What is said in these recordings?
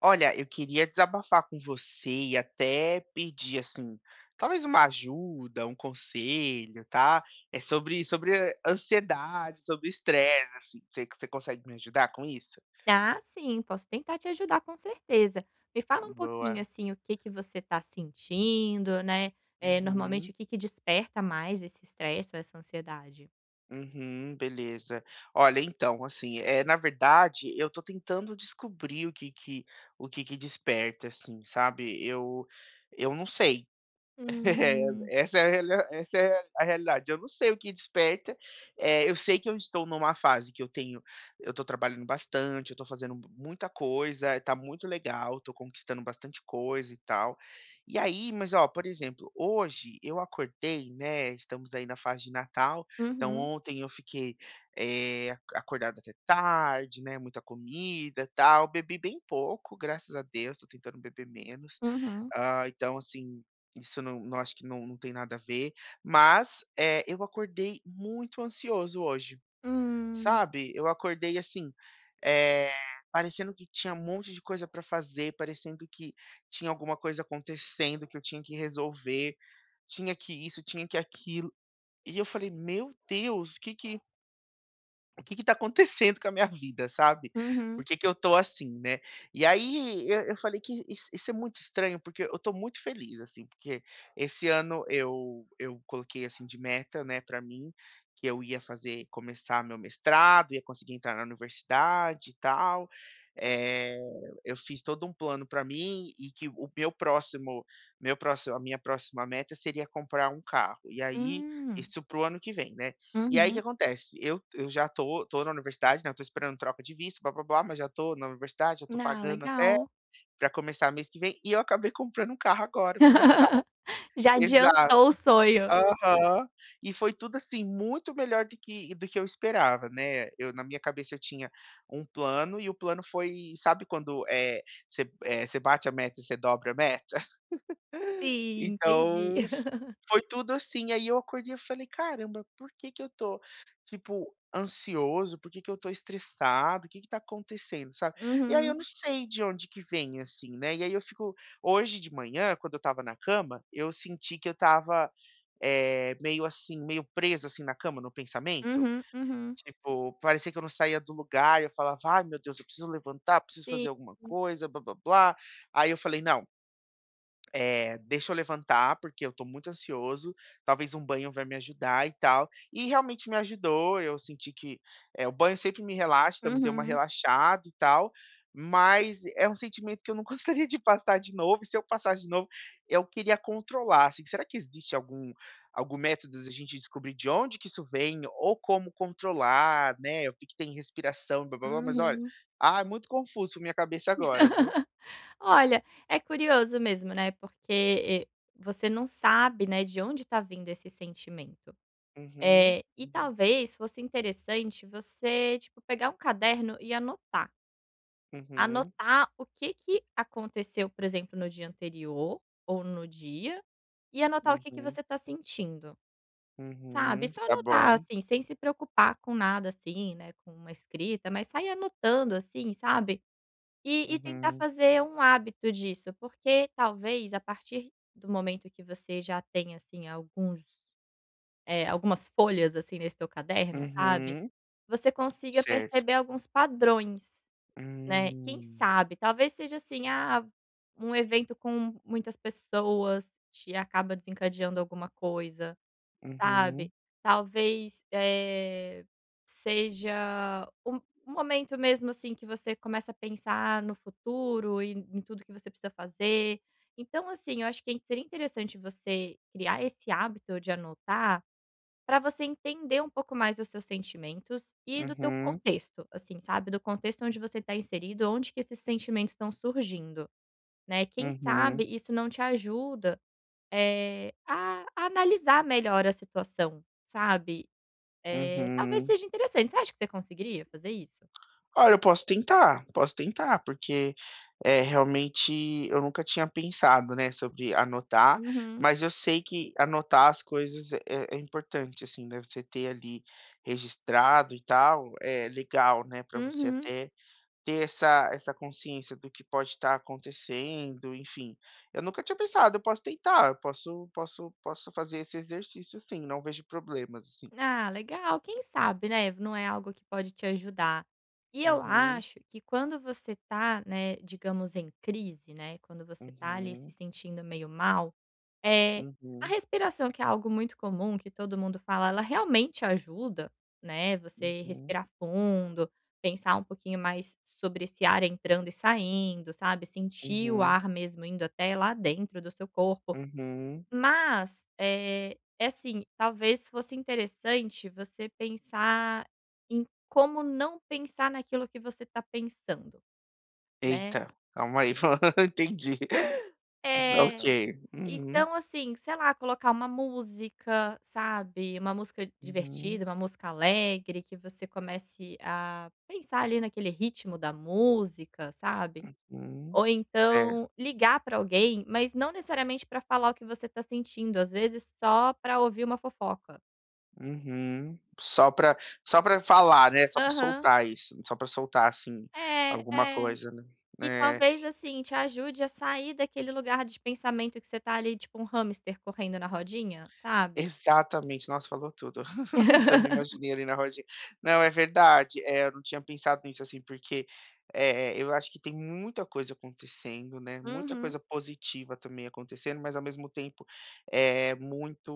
Olha, eu queria desabafar com você e até pedir assim, talvez uma ajuda, um conselho, tá? É sobre ansiedade, sobre estresse, assim. Você consegue me ajudar com isso? Ah, sim, posso tentar te ajudar com certeza. Me fala um pouquinho, Boa. assim, o que que você está sentindo, né, Uhum. normalmente o que que desperta mais esse estresse ou essa ansiedade? Uhum, beleza. Olha, então, assim, é, na verdade, eu tô tentando descobrir o que o que desperta, assim, sabe? Eu não sei. É, Hum. essa é a reali essa é a realidade. Eu não sei o que desperta, eu sei que eu estou numa fase que eu tenho, eu estou trabalhando bastante, eu estou fazendo muita coisa, tá muito legal, estou conquistando bastante coisa e tal. E aí, mas ó, por exemplo, hoje eu acordei, né, estamos aí na fase de Natal, então Uhum, ontem eu fiquei, a acordado até tarde, né, muita comida, tal, bebi bem pouco, graças a Deus, estou tentando beber menos. uhum. Ah, então assim, isso não, acho que não tem nada a ver, mas, eu acordei muito ansioso hoje, Hum. sabe. Eu acordei assim, eh, parecendo que tinha um monte de coisa para fazer, parecendo que tinha alguma coisa acontecendo que eu tinha que resolver, tinha que isso, tinha que aquilo. E eu falei: "Meu Deus, o que o que tá acontecendo com a minha vida, sabe? Por Uhum. que que eu tô assim, né?" E aí eu falei que isso é muito estranho, porque eu tô muito feliz, assim, porque esse ano eu coloquei assim de meta, né, pra mim, que eu ia fazer, começar meu mestrado, ia conseguir entrar na universidade e tal. Eh, eu fiz todo um plano pra mim, e que o meu próximo, a minha próxima meta seria comprar um carro. E aí, Hum. isso pro ano que vem, né? E aí o que Uhum. acontece? Eu já tô na universidade, né, eu tô esperando troca de visto, blá-blá-blá, mas já tô na universidade, já tô Ah, pagando até legal. pra começar mês que vem, e eu acabei comprando um carro agora pro Natal. Já Exato. adiantou o sonho. Aham. E foi tudo, assim, muito melhor do que eu esperava, né. Eu na minha cabeça eu tinha um plano, e o plano foi, sabe quando, é você, você bate a meta e você dobra a meta? Sim, entendi. Então foi tudo assim, aí eu acordei, eu falei: "Caramba, por que que eu tô, tipo, ansioso? Por que que eu tô estressado? O que que tá acontecendo?", sabe. E aí eu Uhum. não sei de onde que vem, assim, né, e aí eu fico hoje de manhã, quando eu estava na cama, eu senti que eu estava, meio assim, meio preso, assim, na cama, no pensamento. Uhum, uhum. Tipo, parecia que eu não saía do lugar, eu falava: "Ai meu Deus, eu preciso levantar, preciso Sim. fazer alguma coisa, blá-blá-blá". Aí eu falei: "Não, é, deixa eu levantar, porque eu tô muito ansioso, talvez um banho vai me ajudar e tal". E realmente me ajudou, eu senti que, o banho sempre me relaxa, então me deu uma Uhum, relaxada e tal, mas é um sentimento que eu não gostaria de passar de novo, e se eu passar de novo, eu queria controlar, assim, será que existe algum, algum método da gente descobrir de onde que isso vem, ou como controlar, né? Eu vi que tem respiração, blá blá blá, mas olha, uhum. ah, é muito confuso pra minha cabeça agora, viu? Olha, é curioso mesmo, né, porque, você não sabe, né, de onde está vindo esse sentimento. Uhum, E uhum, talvez fosse interessante você, tipo, pegar um caderno e anotar. uhum. Anotar o que que aconteceu, por exemplo, no dia anterior ou no dia, e anotar o que que Uhum, você está sentindo, sabe. uhum, Só tá anotar, bom. assim, sem se preocupar com nada, assim, né, com uma escrita, mas sair anotando, assim, sabe. E tentar Uhum, fazer um hábito disso, porque talvez a partir do momento que você já tem, assim, alguns, algumas folhas, assim, nesse teu caderno, sabe, uhum, você consiga certo. perceber alguns padrões, né. Quem Hum, sabe, talvez seja assim, ah, um evento com muitas pessoas te acaba desencadeando alguma coisa. uhum, Sabe, talvez, seja um momento mesmo, assim, que você começa a pensar no futuro e em tudo que você precisa fazer. Então, assim, eu acho que seria interessante você criar esse hábito de anotar, para você entender um pouco mais dos seus sentimentos e do teu uhum, contexto, assim, sabe, do contexto onde você está inserido, onde que esses sentimentos estão surgindo, né. Quem sabe uhum, isso não te ajuda a analisar melhor a situação, sabe. Talvez uhum. seja interessante. Você acha que você conseguiria fazer isso? Olha, eu posso tentar, porque, é, realmente eu nunca tinha pensado, né, sobre anotar, Uhum, mas eu sei que anotar as coisas é importante, assim, né, você ter ali registrado e tal, é legal, né, para você uhum. até ter essa consciência do que pode estar acontecendo, enfim. Eu nunca tinha pensado, eu posso tentar, eu posso fazer esse exercício sim, não vejo problemas, assim. Ah, legal. Quem sabe, né, não é algo que pode te ajudar. E eu Uhum, acho que quando você tá, né, digamos em crise, né, quando você tá ali se uhum, sentindo meio mal. Eh, a uhum, respiração que é algo muito comum, que todo mundo fala, ela realmente ajuda, né, você uhum, respirar fundo, pensar um pouquinho mais sobre esse ar entrando e saindo, sabe, sentir o uhum, ar mesmo indo até lá dentro do seu corpo. uhum. Mas, é assim, talvez fosse interessante você pensar em como não pensar naquilo que você está pensando, né. Eita, calma aí, entendi. Ok. É. Uhum, Então, assim, sei lá, colocar uma música, sabe, uma música uhum, divertida, uma música alegre, que você comece a pensar ali naquele ritmo da música, sabe. uhum. Ou então Certo. ligar pra alguém, mas não necessariamente pra falar o que você tá sentindo, às vezes só pra ouvir uma fofoca. Uhum. Só pra falar, né, só pra Aham. soltar isso, só pra soltar, assim, É, alguma é. coisa, né. Que É. talvez, assim, te ajude a sair daquele lugar de pensamento que você tá ali tipo um hamster correndo na rodinha, sabe. Exatamente, nossa, falou tudo. Já me imaginei ali na rodinha. Não, é verdade, eu não tinha pensado nisso, assim, porque, eu acho que tem muita coisa acontecendo, né, muita Uhum, coisa positiva também acontecendo, mas ao mesmo tempo, é muito,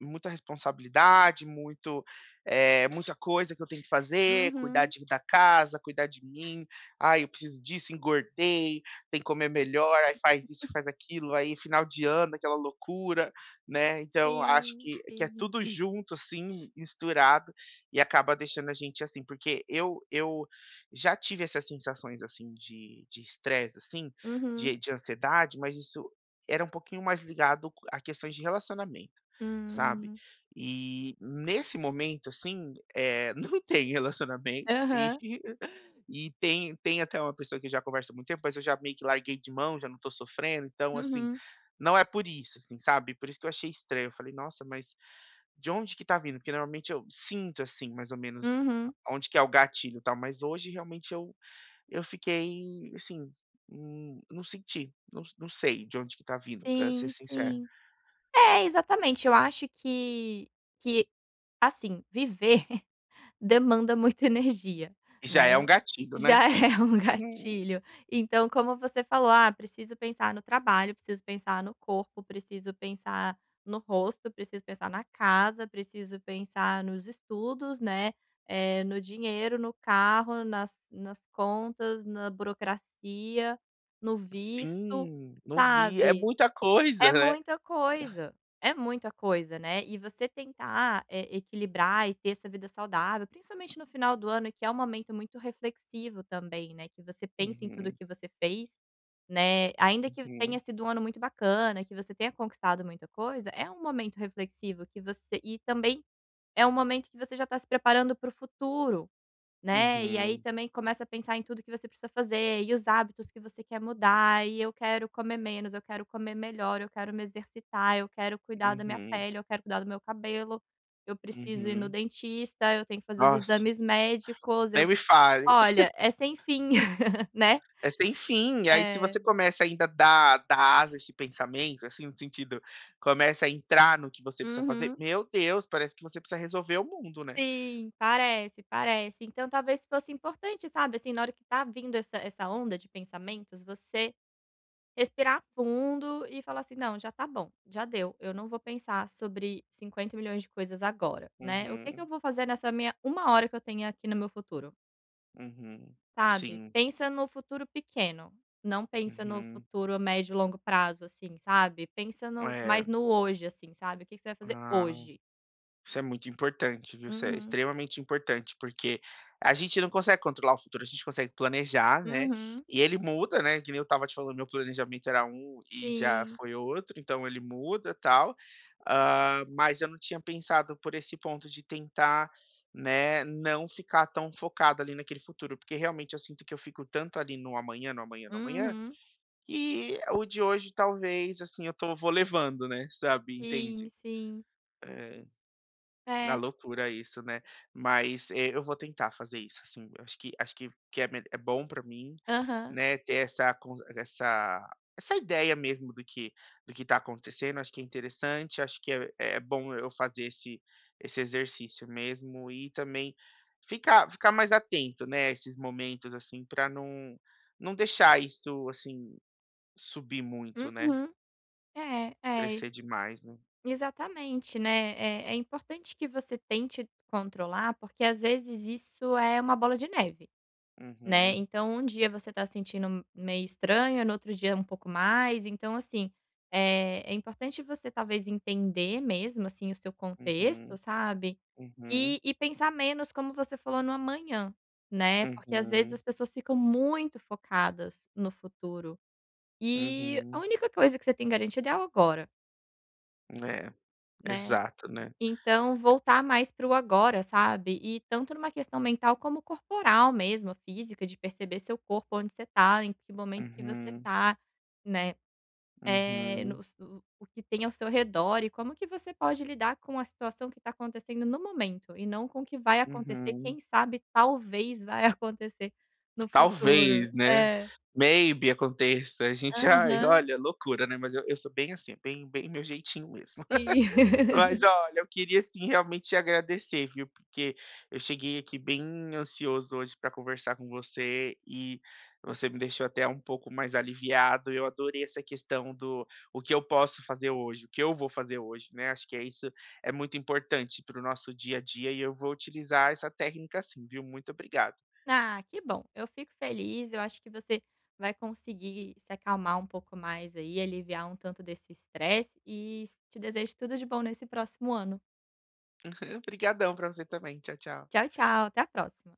muita responsabilidade, muito, muita coisa que eu tenho que fazer, cuidar uhum. de da casa, cuidar de mim. "Ai, eu preciso disso, engordei, tem que comer melhor", aí faz isso, faz aquilo, aí final de ano, aquela loucura, né? Então acho Sim, que é sim. tudo junto assim, misturado, e acaba deixando a gente assim, porque eu já tive essas sensações assim de estresse assim, Uhum. de ansiedade, mas isso era um pouquinho mais ligado a questões de relacionamento, sabe? Hum. E nesse momento assim, eh, não tem relacionamento, Aham. e tem até uma pessoa que eu já converso há muito tempo, mas eu já meio que larguei de mão, já não tô sofrendo, então assim, Uhum, não é por isso, assim, sabe. Por isso que eu achei estranho, eu falei: "Nossa, mas de onde que tá vindo?" Porque normalmente eu sinto, assim, mais ou menos uhum. onde que é o gatilho, e tal, mas hoje realmente eu fiquei, assim, não senti, não sei de onde que tá vindo, pra ser Sim, sincero. sim. É, exatamente. Eu acho que que, assim, viver demanda muita energia, E já né. é um gatilho, né. Já é um Hum, gatilho. Então, como você falou: "Ah, preciso pensar no trabalho, preciso pensar no corpo, preciso pensar no rosto, preciso pensar na casa, preciso pensar nos estudos, né, no dinheiro, no carro, nas contas, na burocracia, no visto", sim, não vi, é sabe? muita coisa, É né. muita coisa, é muita coisa, né. E você tentar, equilibrar e ter essa vida saudável, principalmente no final do ano, que é um momento muito reflexivo também, né, que você pensa em tudo Uhum, que você fez, né, ainda que tenha uhum, sido um ano muito bacana, que você tenha conquistado muita coisa, é um momento reflexivo que você e também é um momento que você já está se preparando para o futuro. Né, e aí uhum, também começa a pensar em tudo que você precisa fazer, e os hábitos que você quer mudar, e eu quero comer menos, eu quero comer melhor, eu quero me exercitar, eu quero cuidar da minha uhum. pele, eu quero cuidar do meu cabelo, eu preciso ir no Uhum. dentista, eu tenho que fazer os Nossa, exames médicos, eu nem me fale. olha, é sem fim, né. É sem fim, e aí se É. você começa ainda a dar asa a esse pensamento, assim, no sentido, começa a entrar no que você precisa fazer, Uhum. meu Deus, parece que você precisa resolver o mundo, né. Sim, parece, parece. Então talvez fosse importante, sabe, assim, na hora que tá vindo essa onda de pensamentos, você respirar fundo e falar assim: "Não, já tá bom, já deu. Eu não vou pensar sobre 50 milhões de coisas agora, né. O que que eu Uhum, vou fazer nessa minha uma hora que eu tenho aqui no meu futuro?", uhum. sabe. Sim, Pensa no futuro pequeno, não pensa no uhum. futuro a médio e longo prazo, assim, sabe. Pensa no É, mais no hoje, assim, sabe. O que que você vai fazer ah. hoje. Isso é muito importante, viu? Isso é Uhum, extremamente importante, porque a gente não consegue controlar o futuro, a gente consegue planejar, né? uhum, E ele muda, né? Que nem eu estava te falando, meu planejamento era um e já sim, foi outro, então ele muda tal. Ah, mas eu não tinha pensado por esse ponto de tentar, né, não ficar tão focado ali naquele futuro, porque realmente eu sinto que eu fico tanto ali no amanhã, no amanhã, no amanhã, uhum, e o de hoje talvez, assim, eu tô, vou levando, né? Sabe? sim, Entende? sim. É, a É, loucura isso, né. Mas, eh, eu vou tentar fazer isso, assim, eu acho que acho que é me é bom para mim, aham, né, ter essa con essa essa ideia mesmo do que está acontecendo, acho que é interessante, acho que é bom eu fazer esse exercício mesmo, e também ficar mais atento, né, a esses momentos, assim, para não deixar isso, assim, subir muito, né, uhum, é, é. crescer demais, né. Exatamente, né. É importante que você tente controlar, porque às vezes isso é uma bola de neve, né. Uhum, Então um dia você tá sentindo meio estranho, no outro dia um pouco mais, então assim, é importante você talvez entender mesmo, assim, o seu contexto, uhum, sabe. uhum, E pensar menos, como você falou, no amanhã, né, porque às vezes uhum. as pessoas ficam muito focadas no futuro, e a Uhum. única coisa que você tem garantido é o agora, É, né. exato, né. Então, voltar mais para o agora, sabe? E tanto numa questão mental como corporal mesmo, física, de perceber seu corpo, onde você tá, em que momento que você Uhum, tá, né? É no uhum, o que tem ao seu redor e como que você pode lidar com a situação que está acontecendo no momento e não com o que vai acontecer, uhum. quem sabe talvez vai acontecer no futuro. Talvez, né, É. maybe aconteça, a gente ai, Aham, olha, loucura, né, mas eu sou bem assim, bem meu jeitinho mesmo. sim. Mas olha, eu queria sim realmente te agradecer, viu? Porque eu cheguei aqui bem ansioso hoje para conversar com você, e você me deixou até um pouco mais aliviado. Eu adorei essa questão do o que eu posso fazer hoje, o que eu vou fazer hoje, né? Acho que é isso, é muito importante para o nosso dia a dia, e eu vou utilizar essa técnica sim, viu? Muito obrigado. Ah, que bom. Eu fico feliz. Eu acho que você vai conseguir se acalmar um pouco mais aí, aliviar um tanto desse estresse e te desejo tudo de bom nesse próximo ano. Obrigadão para você também. Tchau, tchau. Tchau, tchau. Até a próxima.